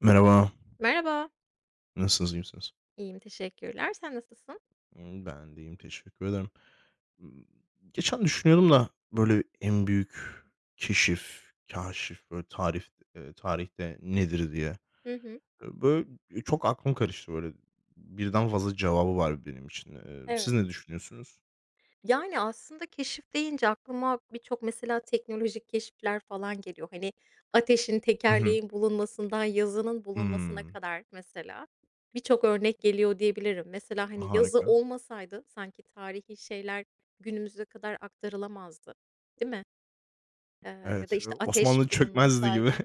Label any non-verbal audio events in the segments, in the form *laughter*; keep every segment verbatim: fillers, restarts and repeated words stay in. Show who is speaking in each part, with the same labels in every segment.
Speaker 1: Merhaba.
Speaker 2: Merhaba.
Speaker 1: Nasılsınız, iyi misiniz?
Speaker 2: İyiyim, teşekkürler. Sen nasılsın?
Speaker 1: Imm, ben de iyiyim, teşekkür ederim. Imm, geçen düşünüyordum da, böyle, en büyük keşif, kaşif, böyle, tarif eee, tarihte nedir diye.
Speaker 2: Hı hı.
Speaker 1: Eee, böyle, e, çok aklım karıştı, böyle. Birden fazla cevabı var benim için. Eee, siz
Speaker 2: Evet.
Speaker 1: ne düşünüyorsunuz?
Speaker 2: Yani, aslında keşif deyince aklıma birçok mesela teknolojik keşifler falan geliyor. Hani, ateşin,
Speaker 1: Hı hı.
Speaker 2: tekerleğin bulunmasından yazının bulunmasına
Speaker 1: Hımm.
Speaker 2: kadar mesela birçok örnek geliyor diyebilirim. Mesela, hani, yazı
Speaker 1: Harika.
Speaker 2: olmasaydı sanki tarihi şeyler günümüze kadar aktarılamazdı, değil mi? Eee, ya da,
Speaker 1: Evet, eee,
Speaker 2: işte,
Speaker 1: Osmanlı
Speaker 2: ateş
Speaker 1: çökmezdi gibi,
Speaker 2: bulunmasaydı.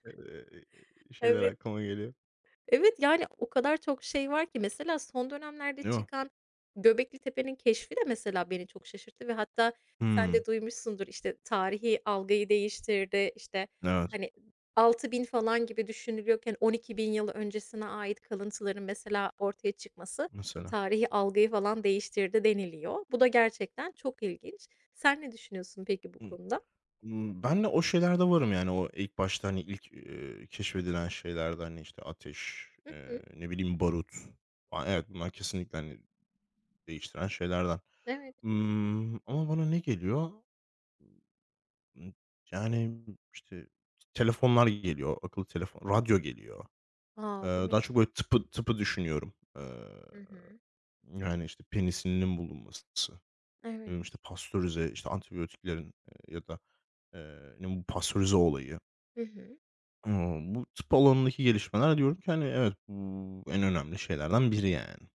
Speaker 1: *laughs* eee, şeyler
Speaker 2: Evet.
Speaker 1: aklıma geliyor.
Speaker 2: Evet, yani, o kadar çok şey var ki mesela son dönemlerde
Speaker 1: Değil mi?
Speaker 2: çıkan Göbekli Tepe'nin keşfi de mesela beni çok şaşırttı ve hatta sen
Speaker 1: Hımm.
Speaker 2: de duymuşsundur, işte, tarihi algıyı değiştirdi. İşte
Speaker 1: Evet,
Speaker 2: hani, altı bin falan gibi düşünülüyorken on iki bin yıl öncesine ait kalıntıların mesela ortaya çıkması
Speaker 1: mesela.
Speaker 2: tarihi algıyı falan değiştirdi deniliyor. Bu da gerçekten çok ilginç. Sen ne düşünüyorsun peki bu konuda?
Speaker 1: Imm, ben de o şeylerde varım, yani o ilk başta, hani, ilk, eee, keşfedilen şeylerde, hani, işte, ateş,
Speaker 2: Hı hı.
Speaker 1: eee, ne bileyim, barut falan. Evet, bunlar kesinlikle, hani, değiştiren şeylerden.
Speaker 2: Evet.
Speaker 1: Imm, ama bana ne geliyor? Imm, yani, işte, telefonlar geliyor, akıllı telefon, radyo geliyor.
Speaker 2: A, değil
Speaker 1: Eee, daha
Speaker 2: mi?
Speaker 1: çok böyle tıpı tıpı düşünüyorum. Eee,
Speaker 2: Hı hı.
Speaker 1: yani, işte, penisilinin bulunması, ne bileyim, işte,
Speaker 2: Evet.
Speaker 1: pastörize, işte, antibiyotiklerin, eee, ya da, eee, ne bu pastörize olayı.
Speaker 2: Hı hı.
Speaker 1: Imm, bu tıp alanındaki gelişmeler diyorum ki, hani, evet, bu en önemli şeylerden biri yani.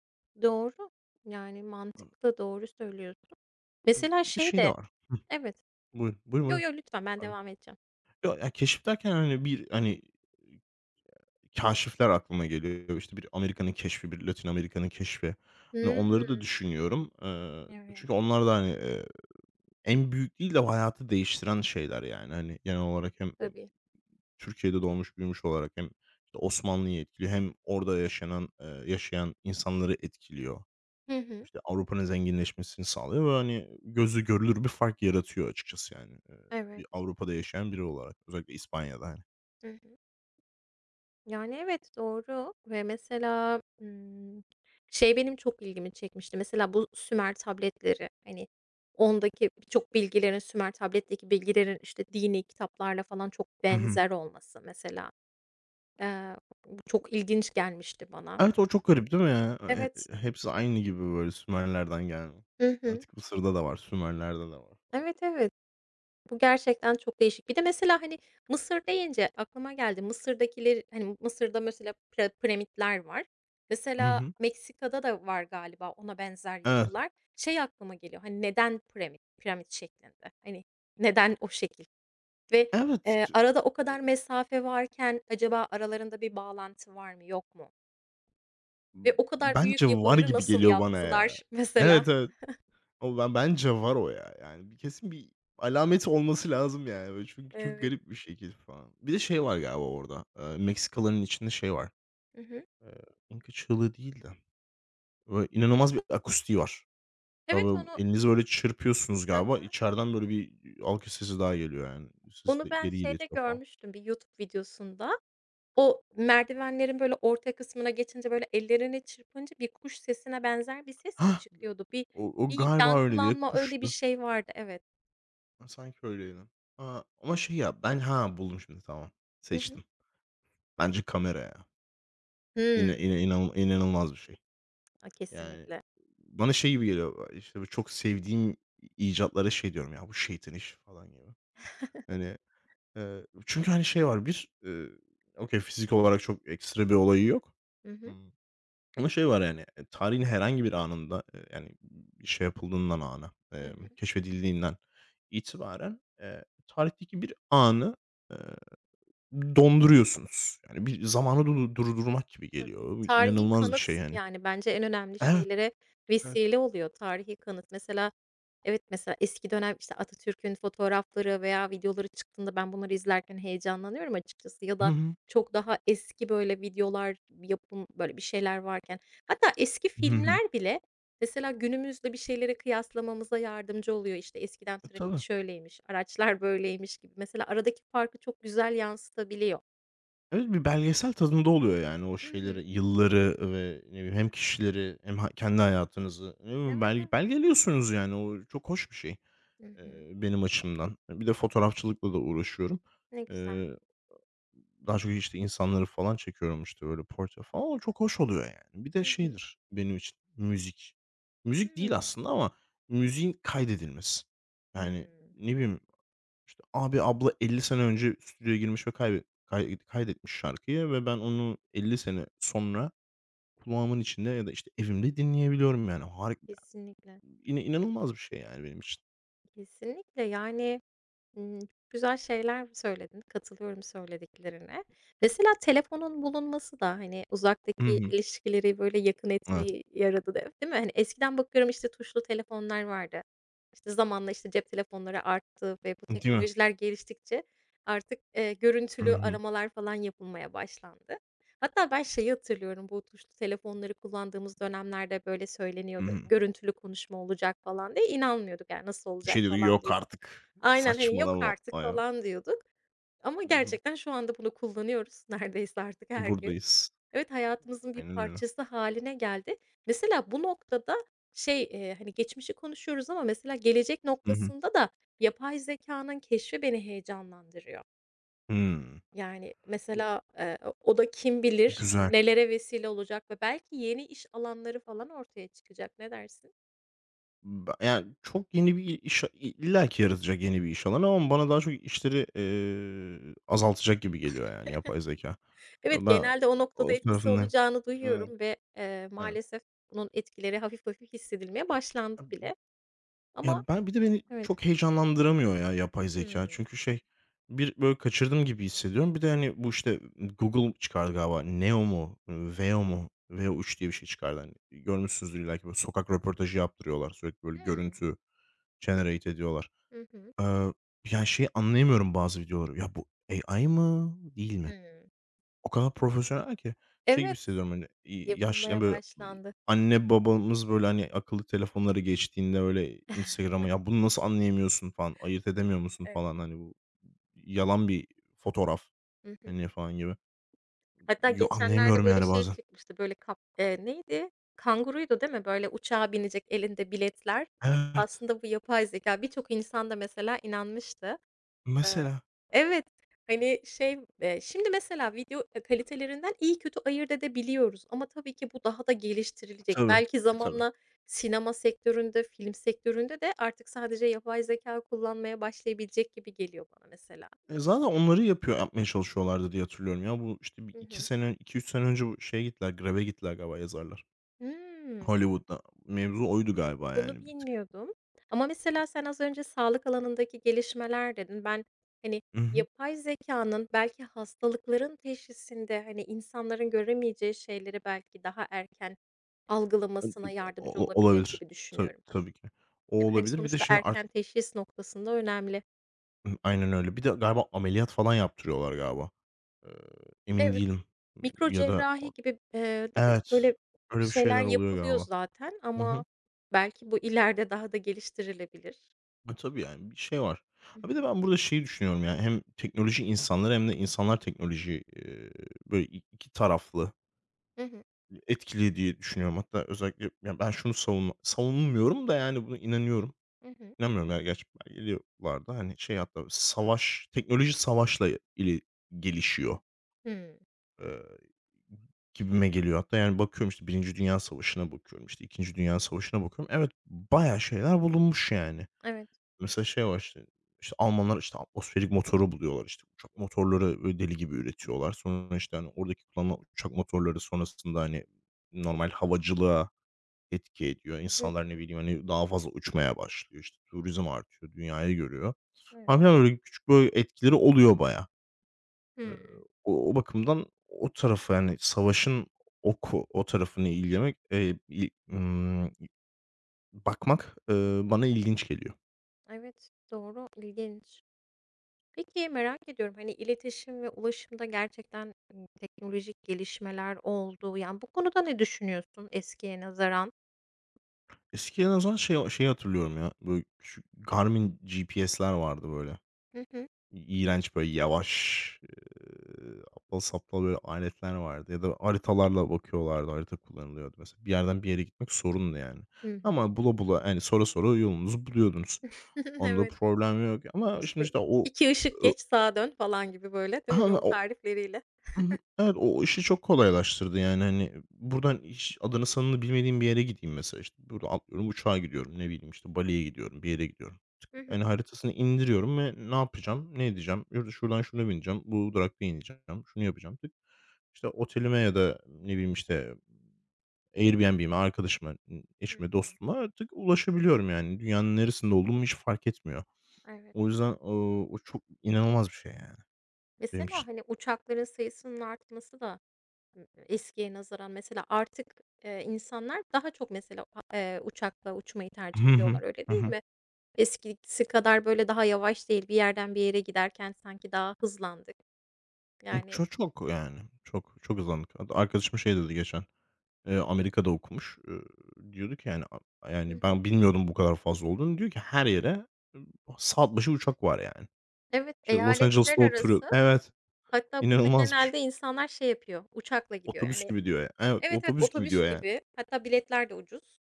Speaker 2: Doğru. Yani mantıklı, doğru söylüyorsun. Mesela
Speaker 1: Bir de
Speaker 2: şey
Speaker 1: şey de
Speaker 2: de.
Speaker 1: var. Hıh,
Speaker 2: Evet.
Speaker 1: buyurun, buyurun,
Speaker 2: Yo,
Speaker 1: buyurun.
Speaker 2: yo, lütfen ben
Speaker 1: Pardon.
Speaker 2: devam edeceğim.
Speaker 1: Yo, ya, keşif derken, hani, bir, hani, kaşifler aklıma geliyor. İşte, bir Amerika'nın keşfi, bir Latin Amerika'nın keşfi. Hani, onları da
Speaker 2: Hımm.
Speaker 1: düşünüyorum. Eee,
Speaker 2: Evet,
Speaker 1: çünkü onlar da, hani, eee, en büyük değil de hayatı değiştiren şeyler yani. Hani, genel olarak hem
Speaker 2: tabii.
Speaker 1: Türkiye'de doğmuş büyümüş olarak hem, işte, Osmanlı'yı etkiliyor, hem orada yaşanan, eee, yaşayan insanları etkiliyor.
Speaker 2: Hı hı.
Speaker 1: İşte, Avrupa'nın zenginleşmesini sağlıyor ve, hani, gözle görülür bir fark yaratıyor, açıkçası, yani, eee, bir
Speaker 2: Evet.
Speaker 1: Avrupa'da yaşayan biri olarak. Özellikle İspanya'da, hani.
Speaker 2: Hı hı. Yani, evet, doğru ve mesela, ımm, şey benim çok ilgimi çekmişti. Mesela bu Sümer tabletleri, hani, ondaki birçok bilgilerin Sümer tabletteki bilgilerin, işte, dini kitaplarla falan çok
Speaker 1: Hı hı.
Speaker 2: benzer olması mesela, eee, bu çok ilginç gelmişti bana.
Speaker 1: Evet, o çok garip değil mi ya? Eee,
Speaker 2: Evet.
Speaker 1: hepsi aynı gibi böyle Sümerlerden gelme.
Speaker 2: Hı hı.
Speaker 1: Antik Mısır'da da var, Sümerler'de de var falan.
Speaker 2: Evet, evet. Bu gerçekten çok değişik. Bir de mesela, hani, Mısır deyince aklıma geldi. Mısır'dakileri, hani, Mısır'da mesela pira piramitler var.
Speaker 1: Hı
Speaker 2: Mesela
Speaker 1: hı.
Speaker 2: Meksika'da da var galiba ona benzer
Speaker 1: Evet.
Speaker 2: yapılar. Şey aklıma geliyor, hani, neden piramit, piramit şeklinde? Hani, neden o şekil? Ve,
Speaker 1: Evet.
Speaker 2: eee, arada o
Speaker 1: e,
Speaker 2: kadar mesafe varken acaba aralarında bir bağlantı var mı, yok mu? Ve o kadar büyük
Speaker 1: Bence var
Speaker 2: yapıları
Speaker 1: gibi
Speaker 2: nasıl
Speaker 1: geliyor bana ya.
Speaker 2: yaptılar *laughs* mesela?
Speaker 1: Evet, evet. Ama ben bence var o ya. Yani bir kesin bir alameti olması lazım yani, böyle, çünkü çok
Speaker 2: Evet.
Speaker 1: garip bir şekil falan. Bir de şey var galiba orada, eee, Meksikalıların içinde şey var,
Speaker 2: Hı hı.
Speaker 1: eee, Inca çığlığı değil de böyle inanılmaz bir akustiği var. Ya,
Speaker 2: Evet,
Speaker 1: böyle
Speaker 2: onu.
Speaker 1: elinizi böyle çırpıyorsunuz
Speaker 2: Hı
Speaker 1: galiba,
Speaker 2: hı.
Speaker 1: içeriden böyle bir alkış sesi daha geliyor yani. Sesi
Speaker 2: Onu
Speaker 1: de
Speaker 2: ben
Speaker 1: geri
Speaker 2: şeyde
Speaker 1: iletiyor falan.
Speaker 2: görmüştüm, bir YouTube videosunda. O merdivenlerin böyle orta kısmına geçince, böyle, ellerini çırpınca bir kuş sesine benzer bir ses mi
Speaker 1: Hah!
Speaker 2: çıkıyordu? Bir
Speaker 1: O o
Speaker 2: bir
Speaker 1: galiba öyle diye
Speaker 2: yankılanma, öyle bir
Speaker 1: kuştu.
Speaker 2: şey vardı, evet.
Speaker 1: Ha, sanki öyleydi. Ha, ama şey ya ben. Ha, buldum şimdi, tamam.
Speaker 2: Hı hı.
Speaker 1: Seçtim. Bence kamera ya. İna
Speaker 2: Hımm.
Speaker 1: ina inan inanılmaz bir şey.
Speaker 2: A,
Speaker 1: Yani,
Speaker 2: kesinlikle.
Speaker 1: bana şey gibi geliyor, eee, işte, böyle çok sevdiğim icatlara şey diyorum, "Ya, bu şeytan işi." falan gibi. Hani, eee, çünkü, hani, şey var bir, eee, okay, fizik olarak çok ekstra bir olayı yok.
Speaker 2: Hı hı.
Speaker 1: Hımm, ama şey var, yani, eee, tarihin herhangi bir anında, eee, yani, bir şey yapıldığından ana,
Speaker 2: Hı
Speaker 1: emm,
Speaker 2: hı.
Speaker 1: keşfedildiğinden itibaren, eee, tarihteki bir anı, eee, donduruyorsunuz. Yani, bir zamanı du durdurmak gibi
Speaker 2: Tabii.
Speaker 1: geliyor. Bu
Speaker 2: Tarihi
Speaker 1: inanılmaz bir şey,
Speaker 2: kanıt,
Speaker 1: yani.
Speaker 2: yani, bence en önemli
Speaker 1: Evet,
Speaker 2: şeylere
Speaker 1: evet.
Speaker 2: vesile oluyor tarihi kanıt. Mesela. Evet, mesela eski dönem, işte, Atatürk'ün fotoğrafları veya videoları çıktığında ben bunları izlerken heyecanlanıyorum açıkçası ya
Speaker 1: Hı
Speaker 2: da
Speaker 1: hı.
Speaker 2: çok daha eski, böyle, videolar, yapım, böyle, bir şeyler varken hatta eski
Speaker 1: Hı hı.
Speaker 2: filmler bile mesela günümüzle bir şeyleri kıyaslamamıza yardımcı oluyor. İşte, eskiden
Speaker 1: E,
Speaker 2: trafik
Speaker 1: tabii.
Speaker 2: şöyleymiş, araçlar böyleymiş gibi mesela aradaki farkı çok güzel yansıtabiliyor.
Speaker 1: Evet, bir belgesel tadında oluyor yani, o
Speaker 2: Hı hı.
Speaker 1: şeyleri, yılları ve ne bileyim, hem kişileri hem ha kendi hayatınızı, ne bileyim,
Speaker 2: Evet,
Speaker 1: bel
Speaker 2: evet.
Speaker 1: belgeliyorsunuz, yani o çok hoş bir şey,
Speaker 2: Hı hı.
Speaker 1: eee, benim açımdan. Bir de fotoğrafçılıkla da uğraşıyorum.
Speaker 2: Ne güzel.
Speaker 1: Eee, daha çok, işte, insanları falan çekiyorum, işte böyle portre falan, o çok hoş oluyor yani. Bir de
Speaker 2: Hı hı.
Speaker 1: şeydir benim için müzik. Müzik değil
Speaker 2: Hımm.
Speaker 1: aslında, ama müziğin kaydedilmesi. Yani,
Speaker 2: Hımm.
Speaker 1: ne bileyim, işte, abi, abla elli sene önce stüdyoya girmiş ve kaybet kay kaydetmiş şarkıyı ve ben
Speaker 2: Evet.
Speaker 1: onu elli sene sonra kulağımın içinde ya da, işte, evimde dinleyebiliyorum yani. Harik
Speaker 2: Kesinlikle.
Speaker 1: yine inanılmaz bir şey yani benim için.
Speaker 2: Kesinlikle, yani. Imm, güzel şeyler söyledin, katılıyorum söylediklerine. Mesela telefonun bulunması da, hani,
Speaker 1: Hı
Speaker 2: uzaktaki
Speaker 1: hı.
Speaker 2: ilişkileri, böyle, yakın
Speaker 1: Evet.
Speaker 2: etmeyi yaradı de değil mi? Hani, eskiden bakıyorum, işte, tuşlu telefonlar vardı. İşte, zamanla, işte, cep telefonları arttı ve bu
Speaker 1: Değil mi?
Speaker 2: teknolojiler geliştikçe artık, eee,
Speaker 1: Hı
Speaker 2: görüntülü
Speaker 1: hı.
Speaker 2: aramalar falan yapılmaya başlandı. Hatta ben şeyi hatırlıyorum, bu tuşlu telefonları kullandığımız dönemlerde, böyle,
Speaker 1: Hı
Speaker 2: söyleniyordu,
Speaker 1: hı.
Speaker 2: görüntülü konuşma olacak falan diye. İnanmıyorduk yani, nasıl
Speaker 1: Bir
Speaker 2: olacak
Speaker 1: şey diyor,
Speaker 2: falan
Speaker 1: "Yok
Speaker 2: diyorduk.
Speaker 1: artık,
Speaker 2: Aynen, hani, "Yok
Speaker 1: saçmalama."
Speaker 2: artık."
Speaker 1: ya.
Speaker 2: falan diyorduk ama
Speaker 1: Hı hı.
Speaker 2: gerçekten şu anda bunu kullanıyoruz *laughs* neredeyse artık her gün.
Speaker 1: Buradayız.
Speaker 2: Evet, hayatımızın bir
Speaker 1: Aynen öyle.
Speaker 2: parçası haline geldi. Mesela bu noktada şey, eee, hani, geçmişi konuşuyoruz ama mesela gelecek
Speaker 1: Hı hı.
Speaker 2: noktasında da yapay zeka'nın keşfi beni heyecanlandırıyor.
Speaker 1: Hımm.
Speaker 2: Yani, mesela, eee, o da kim bilir
Speaker 1: Güzel.
Speaker 2: nelere vesile olacak ve belki yeni iş alanları falan ortaya çıkacak. Ne dersin?
Speaker 1: Ba yani, çok yeni bir iş illaki yaratacak, yeni bir iş alanı, ama bana daha çok işleri, eee, azaltacak gibi geliyor, yani yapay zeka.
Speaker 2: Evet,
Speaker 1: Ben
Speaker 2: genelde o noktada
Speaker 1: o
Speaker 2: etkisi
Speaker 1: tarafındayım.
Speaker 2: olacağını
Speaker 1: Evet,
Speaker 2: duyuyorum ve, eee,
Speaker 1: evet.
Speaker 2: maalesef bunun etkileri hafif hafif hissedilmeye başlandı bile ama.
Speaker 1: Ya, ben bir de beni
Speaker 2: Evet.
Speaker 1: çok heyecanlandıramıyor ya yapay zeka.
Speaker 2: Hımm.
Speaker 1: Çünkü şey, bir böyle kaçırdım gibi hissediyorum. Bir de, hani, bu işte Google çıkardı galiba. Neo mu, Veo mu, Veo üç diye bir şey çıkardı. Hani, görmüşsünüzdür illaki. Böyle sokak röportajı yaptırıyorlar. Sürekli böyle
Speaker 2: Hımm.
Speaker 1: görüntü generate ediyorlar.
Speaker 2: Hı hı.
Speaker 1: Eee, ya, şeyi anlayamıyorum bazı videoları. Ya, bu A I mı, değil mi?
Speaker 2: Hımm.
Speaker 1: O kadar profesyonel ki şey gibi
Speaker 2: Evet,
Speaker 1: hissediyorum, hani, iii, yaş yani,
Speaker 2: yapılmaya
Speaker 1: böyle, ımm,
Speaker 2: başlandı.
Speaker 1: anne babamız, böyle, hani, akıllı telefonları geçtiğinde, öyle,
Speaker 2: *laughs*
Speaker 1: Instagram'a, "Ya, bunu nasıl anlayamıyorsun?" falan, "Ayırt edemiyor musun?"
Speaker 2: Evet.
Speaker 1: falan, hani, bu yalan bir fotoğraf,
Speaker 2: Hı hı.
Speaker 1: hani, falan gibi.
Speaker 2: Hatta
Speaker 1: Yo,
Speaker 2: geçenlerde,
Speaker 1: anlayamıyorum,
Speaker 2: böyle,
Speaker 1: yani,
Speaker 2: şey
Speaker 1: bazen.
Speaker 2: çıkmıştı, böyle, kap eee, neydi? Kanguruydu değil mi? Böyle, uçağa binecek, elinde biletler.
Speaker 1: Evet,
Speaker 2: Aslında bu yapay zeka. Birçok insan da mesela inanmıştı. Eee,
Speaker 1: mesela.
Speaker 2: evet, hani, şey, eee, şimdi mesela video, kalitelerinden iyi kötü ayırt edebiliyoruz ama tabii ki bu daha da geliştirilecek.
Speaker 1: Tabii,
Speaker 2: Belki
Speaker 1: e, tabii.
Speaker 2: zamanla sinema sektöründe, film sektöründe de artık sadece yapay zekâ kullanmaya başlayabilecek gibi geliyor bana mesela.
Speaker 1: E, zaten onları yapıyor yapmaya çalışıyorlardı diye hatırlıyorum ya. Bu, işte, bir
Speaker 2: Hı
Speaker 1: iki
Speaker 2: hı.
Speaker 1: sene iki üç sene önce bu şeye gittiler, greve gittiler galiba yazarlar.
Speaker 2: Hıı.
Speaker 1: Hollywood'da. Mevzu oydu galiba
Speaker 2: Bunu
Speaker 1: yani bir tık.
Speaker 2: bilmiyordum ama mesela sen az önce sağlık alanındaki gelişmeler dedin. Ben, hani,
Speaker 1: I hı.
Speaker 2: yapay zekanın belki hastalıkların teşhisinde, hani, insanların göremeyeceği şeyleri belki daha erken algılamasına yardımcı
Speaker 1: O
Speaker 2: olabilir
Speaker 1: olabilir.
Speaker 2: gibi
Speaker 1: Tabii,
Speaker 2: düşünüyorum,
Speaker 1: tabii ki. O
Speaker 2: değil mi? Hani,
Speaker 1: olabilir. Bir de
Speaker 2: sonuçta
Speaker 1: şey
Speaker 2: erken
Speaker 1: artık
Speaker 2: teşhis noktasında önemli.
Speaker 1: aynen öyle. Bir de galiba ameliyat falan yaptırıyorlar galiba. Eee, emin
Speaker 2: Evet,
Speaker 1: değilim.
Speaker 2: mikro
Speaker 1: Ya da
Speaker 2: cerrahi gibi, eee, değil mi?
Speaker 1: evet,
Speaker 2: Böyle
Speaker 1: öyle bir
Speaker 2: şeyler
Speaker 1: şeyler oluyor
Speaker 2: yapılıyor
Speaker 1: galiba.
Speaker 2: zaten
Speaker 1: Hı hı.
Speaker 2: ama belki bu ileride daha da geliştirilebilir.
Speaker 1: E, tabii yani bir şey var.
Speaker 2: Hı
Speaker 1: Ha, bir de
Speaker 2: hı.
Speaker 1: ben burada şeyi düşünüyorum, yani hem teknoloji insanları hem de insanlar teknoloji, eee, böyle i iki taraflı
Speaker 2: Hı hı.
Speaker 1: etkili diye düşünüyorum. Hatta özellikle ya ben şunu savunma savunmuyorum da, yani bunu inanıyorum.
Speaker 2: Hı hı.
Speaker 1: İnanmıyorum ya gerçekten belgeliyorlardı. Hani, şey, hatta savaş, teknoloji savaşla ili gelişiyor,
Speaker 2: Hımm.
Speaker 1: eee, gibime geliyor. Hatta yani bakıyorum, işte Birinci Dünya Savaşı'na bakıyorum, işte İkinci Dünya Savaşı'na bakıyorum. Evet, bayağı şeyler bulunmuş yani.
Speaker 2: Evet.
Speaker 1: Mesela şey var işte, işte Almanlar işte atmosferik motoru buluyorlar, işte uçak motorları böyle deli gibi üretiyorlar. Sonra işte hani oradaki kullanılan uçak motorları sonrasında hani normal havacılığa etki ediyor.
Speaker 2: Hı
Speaker 1: İnsanlar ne
Speaker 2: hı.
Speaker 1: bileyim, hani, daha fazla uçmaya başlıyor, işte, turizm artıyor, dünyayı görüyor
Speaker 2: Evet.
Speaker 1: falan filan. Öyle küçük böyle etkileri oluyor baya. Eee,
Speaker 2: Hımm.
Speaker 1: o o bakımdan o tarafı, yani, savaşın o o tarafını incelemek, eee, i ımm, bakmak,
Speaker 2: Hı
Speaker 1: eee,
Speaker 2: hı.
Speaker 1: bana ilginç geliyor.
Speaker 2: Evet, doğru, ilginç. Peki, merak ediyorum, hani, iletişim ve ulaşımda gerçekten, ımm, teknolojik gelişmeler oldu. Yani, bu konuda ne düşünüyorsun eskiye nazaran?
Speaker 1: Eskiden o zaman şey şeyi hatırlıyorum ya, böyle küçük Garmin G P S'ler vardı böyle.
Speaker 2: Hı hı.
Speaker 1: İ böyle, yavaş, eee, aptal saptal, böyle, aletler vardı ya da haritalarla bakıyorlardı. Harita kullanılıyordu mesela. Bir yerden bir yere gitmek sorundu yani.
Speaker 2: Hı hı.
Speaker 1: Ama bula bula, yani sora sora yolunuzu buluyordunuz.
Speaker 2: *laughs*
Speaker 1: Onda
Speaker 2: Evet,
Speaker 1: problem yok ama şimdi,
Speaker 2: işte,
Speaker 1: işte, o
Speaker 2: iki ışık geç sağa dön falan gibi, böyle, değil mi? Yol
Speaker 1: *clears throat*
Speaker 2: tarifleriyle.
Speaker 1: Hı hı. Evet, o o işi çok kolaylaştırdı, yani, hani, buradan hiç adını sanını bilmediğim bir yere gideyim mesela, işte, burada atlıyorum uçağa gidiyorum, ne bileyim, işte, Bali'ye gidiyorum, bir yere gidiyorum.
Speaker 2: Hı
Speaker 1: Yani,
Speaker 2: hı.
Speaker 1: haritasını indiriyorum ve ne yapacağım, ne edeceğim, yurda şuradan şuna bineceğim, bu durakta ineceğim, şunu yapacağım. Tık, işte, otelime ya da ne bileyim, işte, Airbnb'me, arkadaşıma,
Speaker 2: Hı
Speaker 1: eşime,
Speaker 2: hı.
Speaker 1: dostuma artık ulaşabiliyorum, yani. Dünyanın neresinde olduğum hiç fark etmiyor.
Speaker 2: Evet.
Speaker 1: O yüzden, ooo, o çok inanılmaz bir şey, yani, benim
Speaker 2: Mesela,
Speaker 1: için.
Speaker 2: hani, uçakların sayısının artması da eskiye nazaran mesela artık, eee, insanlar daha çok mesela, a uçakla uçmayı tercih
Speaker 1: Hı hı.
Speaker 2: ediyorlar, öyle
Speaker 1: Hı
Speaker 2: değil
Speaker 1: hı.
Speaker 2: mi? Eskisi kadar böyle daha yavaş değil, bir yerden bir yere giderken sanki daha hızlandık. Yani.
Speaker 1: Çok çok yani, çok, çok uzandık. Hatta arkadaşım şey dedi geçen, eee, Amerika'da okumuş. Eee, diyordu ki yani, a
Speaker 2: Hı
Speaker 1: yani,
Speaker 2: hı.
Speaker 1: "Ben bilmiyordum bu kadar fazla olduğunu." Diyor ki, "Her yere, ımm, saat başı uçak var yani."
Speaker 2: Evet,
Speaker 1: İşte, Los
Speaker 2: eyaletler
Speaker 1: Angeles'ta oturuyor.
Speaker 2: arası
Speaker 1: Evet,
Speaker 2: hatta burada
Speaker 1: inanılmazmış.
Speaker 2: genelde insanlar şey yapıyor, uçakla gidiyor.
Speaker 1: "Otobüs
Speaker 2: Yani.
Speaker 1: gibi." diyor ya. Evet,
Speaker 2: Evet, evet,
Speaker 1: "Otobüs gibi."
Speaker 2: otobüs
Speaker 1: diyor yani.
Speaker 2: gibi hatta biletler de ucuz.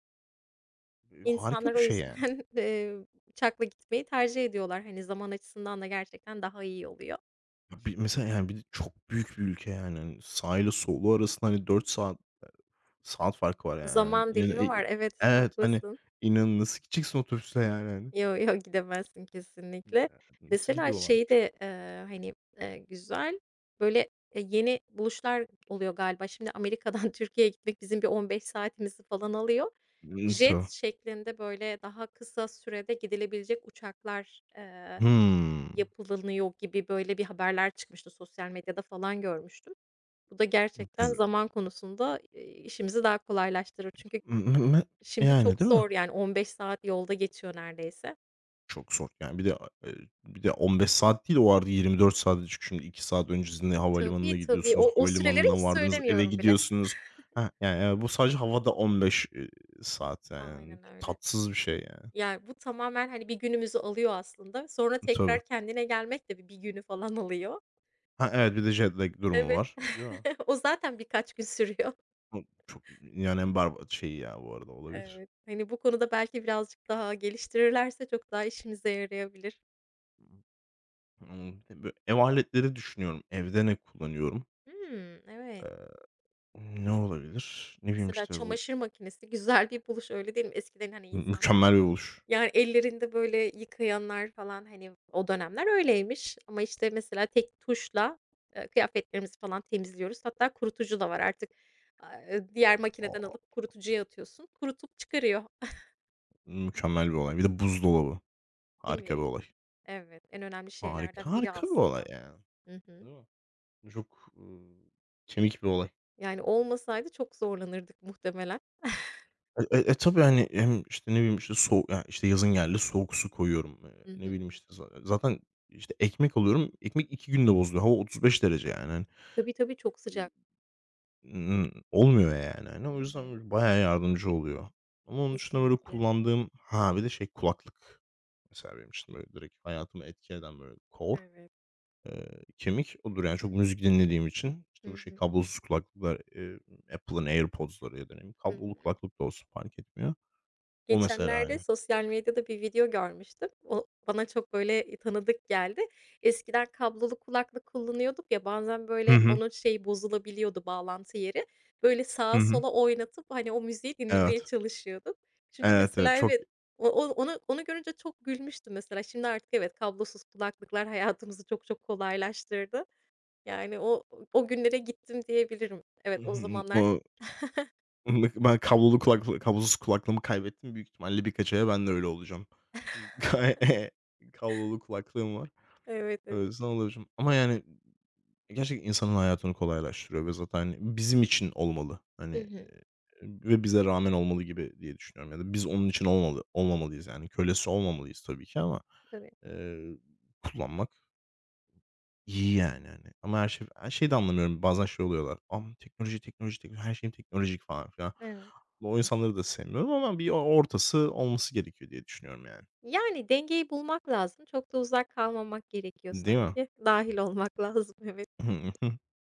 Speaker 1: Eee, harika
Speaker 2: İnsanlar
Speaker 1: bir
Speaker 2: o
Speaker 1: şey yani.
Speaker 2: yüzden, *laughs* eee, uçakla gitmeyi tercih ediyorlar. Hani, zaman açısından da gerçekten daha iyi oluyor.
Speaker 1: Ya, bir mesela yani bir de çok büyük bir ülke yani. Hani, sahile solu arasında, hani, dört saat saat farkı var yani. Hani,
Speaker 2: Zaman
Speaker 1: inan
Speaker 2: dilimi
Speaker 1: e
Speaker 2: var. Evet,
Speaker 1: evet, hani,
Speaker 2: haklısın.
Speaker 1: inan nasıl gideceksin otobüsle yani, hani?
Speaker 2: Yo, yo, gidemezsin kesinlikle.
Speaker 1: Nasıl
Speaker 2: Mesela şey
Speaker 1: gidiyorlar.
Speaker 2: de, eee, hani, eee, güzel, böyle, eee, yeni buluşlar oluyor galiba. Şimdi Amerika'dan *laughs* Türkiye'ye gitmek bizim bir on beş saatimizi falan alıyor.
Speaker 1: Imm, ta
Speaker 2: Jet şeklinde, böyle, daha kısa sürede gidilebilecek uçaklar, eee,
Speaker 1: Hımm.
Speaker 2: yapılınıyor gibi, böyle, bir haberler çıkmıştı. Sosyal medyada falan görmüştüm. Bu da gerçekten
Speaker 1: Güzel.
Speaker 2: zaman konusunda, eee, işimizi daha kolaylaştırır. Çünkü
Speaker 1: *unintelligible*
Speaker 2: şimdi
Speaker 1: Yani,
Speaker 2: çok
Speaker 1: değil mi?
Speaker 2: zor, yani, on beş saat yolda geçiyor neredeyse.
Speaker 1: Çok zor. Yani, bir de, eee, bir de on beş saat değil, o arada yirmi dört saate, çünkü şimdi iki saat öncesinde
Speaker 2: Tabii,
Speaker 1: havalimanına
Speaker 2: tabii.
Speaker 1: gidiyorsunuz.
Speaker 2: O o süreleri hiç
Speaker 1: Havalimanından vardınız, eve
Speaker 2: söylemiyorum bile.
Speaker 1: gidiyorsunuz. Hah, yani, eee, bu sadece havada on beş, eee, saat yani.
Speaker 2: Aynen öyle.
Speaker 1: Tatsız bir şey yani.
Speaker 2: Yani, bu tamamen, hani, bir günümüzü alıyor aslında. Sonra
Speaker 1: Tabii.
Speaker 2: tekrar kendine gelmek de bir bir günü falan alıyor.
Speaker 1: Ha, evet, bir de jet lag durumu
Speaker 2: Evet.
Speaker 1: var, değil mi?
Speaker 2: *laughs* O zaten birkaç gün sürüyor. *laughs*
Speaker 1: O çok dünyanın en berbat şeyi ya bu arada olabilir.
Speaker 2: Evet. Hani, bu konuda belki birazcık daha geliştirirlerse çok daha işimize yarayabilir.
Speaker 1: Imm, bir de ev aletleri düşünüyorum. Evde ne kullanıyorum?
Speaker 2: Hımm, evet.
Speaker 1: Eee ne olabilir? Ne bileyim,
Speaker 2: Mesela
Speaker 1: işte, bu
Speaker 2: çamaşır makinesi güzel bir buluş, öyle değil mi? Eskiden, hani,
Speaker 1: mü
Speaker 2: insanlar.
Speaker 1: mükemmel bir buluş.
Speaker 2: Yani, ellerinde, böyle, yıkayanlar falan, hani, o dönemler öyleymiş ama, işte, mesela tek tuşla, eee, kıyafetlerimizi falan temizliyoruz. Hatta kurutucu da var artık. Aaa, eee, diğer
Speaker 1: A,
Speaker 2: makineden alıp kurutucuya atıyorsun. Kurutup çıkarıyor,
Speaker 1: mükemmel bir olay. Bir de buzdolabı.
Speaker 2: *laughs* değil
Speaker 1: Harika bir
Speaker 2: mi?
Speaker 1: olay.
Speaker 2: Evet, en önemli
Speaker 1: Harika,
Speaker 2: şeylerden biri
Speaker 1: harika bir olay
Speaker 2: aslında.
Speaker 1: yani.
Speaker 2: Hı hı.
Speaker 1: Değil mi? Çok, ııı, kemik bir olay.
Speaker 2: Yani, olmasaydı çok zorlanırdık muhtemelen. *laughs*
Speaker 1: E e e, tabii, hani, hem, işte, ne bileyim, işte, so ya, işte, yazın geldi, soğuk su koyuyorum. Eee,
Speaker 2: Hı
Speaker 1: ne
Speaker 2: hı.
Speaker 1: bileyim, işte, za zaten, işte, ekmek alıyorum. Ekmek iki günde bozuluyor. Hava otuz beş derece yani,
Speaker 2: Tabii, tabii, çok
Speaker 1: hani.
Speaker 2: sıcak.
Speaker 1: Imm, olmuyor yani, hani,
Speaker 2: Hı
Speaker 1: o yüzden
Speaker 2: hı.
Speaker 1: böyle bayağı yardımcı oluyor. Ama onun dışında böyle
Speaker 2: Kesinlikle.
Speaker 1: kullandığım. Ha, bir de şey kulaklık mesela benim için böyle direkt hayatımı etki eden, böyle kor,
Speaker 2: Evet.
Speaker 1: eee, kemik odur yani, çok müzik dinlediğim için. İşte
Speaker 2: Hı
Speaker 1: bu şey
Speaker 2: hı.
Speaker 1: kablosuz kulaklıklar, eee, Apple'ın AirPods'ları ya da ne bileyim,
Speaker 2: Hı.
Speaker 1: kablolu kulaklık da olsun fark etmiyor. O mesela hani.
Speaker 2: Geçenlerde sosyal medyada bir video görmüştüm. O bana çok, böyle, tanıdık geldi. Eskiden kablolu kulaklık kullanıyorduk ya, bazen,
Speaker 1: Hı
Speaker 2: böyle,
Speaker 1: hı.
Speaker 2: onun şeyi bozulabiliyordu, bağlantı yeri. Böyle, sağa
Speaker 1: Hı hı.
Speaker 2: sola oynatıp, hani, o müziği dinlemeye
Speaker 1: Evet.
Speaker 2: çalışıyordum. Şimdi
Speaker 1: Evet, evet.
Speaker 2: mesela
Speaker 1: Çok.
Speaker 2: evet, o o onu onu görünce çok gülmüştüm mesela. Şimdi artık evet, kablosuz kulaklıklar hayatımızı çok çok kolaylaştırdı. Yani o o günlere gittim diyebilirim. Evet,
Speaker 1: Hı
Speaker 2: o
Speaker 1: hı.
Speaker 2: zamanlar.
Speaker 1: O Mık Ben kablolu kulaklı kablosuz kulaklığımı kaybettim. Büyük ihtimalle birkaç aya ben de öyle olacağım. Bir ka. *laughs* Kablolu kulaklığım var.
Speaker 2: Evet,
Speaker 1: O
Speaker 2: evet.
Speaker 1: yüzden olacağım. Ama yani gerçekten insanın hayatını kolaylaştırıyor ve zaten hani bizim için olmalı. Hani,
Speaker 2: Hı hı.
Speaker 1: eee, ve bize rağmen olmalı gibi diye düşünüyorum, ya da biz onun için olmalı olmamalıyız, yani kölesi olmamalıyız tabii ki ama,
Speaker 2: Tabii.
Speaker 1: eee, kullanmak. İyi yani, hani, ama her şey her şeyi de anlamıyorum. Bazen şey oluyorlar, am "teknoloji, teknoloji, teknoloji, her şeyim teknolojik." falan filan.
Speaker 2: Evet.
Speaker 1: O insanları da sevmiyorum, ama bir o ortası olması gerekiyor diye düşünüyorum yani.
Speaker 2: Yani dengeyi bulmak lazım. Çok da uzak kalmamak gerekiyor
Speaker 1: Değil
Speaker 2: sanki. Dâhil olmak *laughs* lazım, evet.
Speaker 1: mi? *laughs*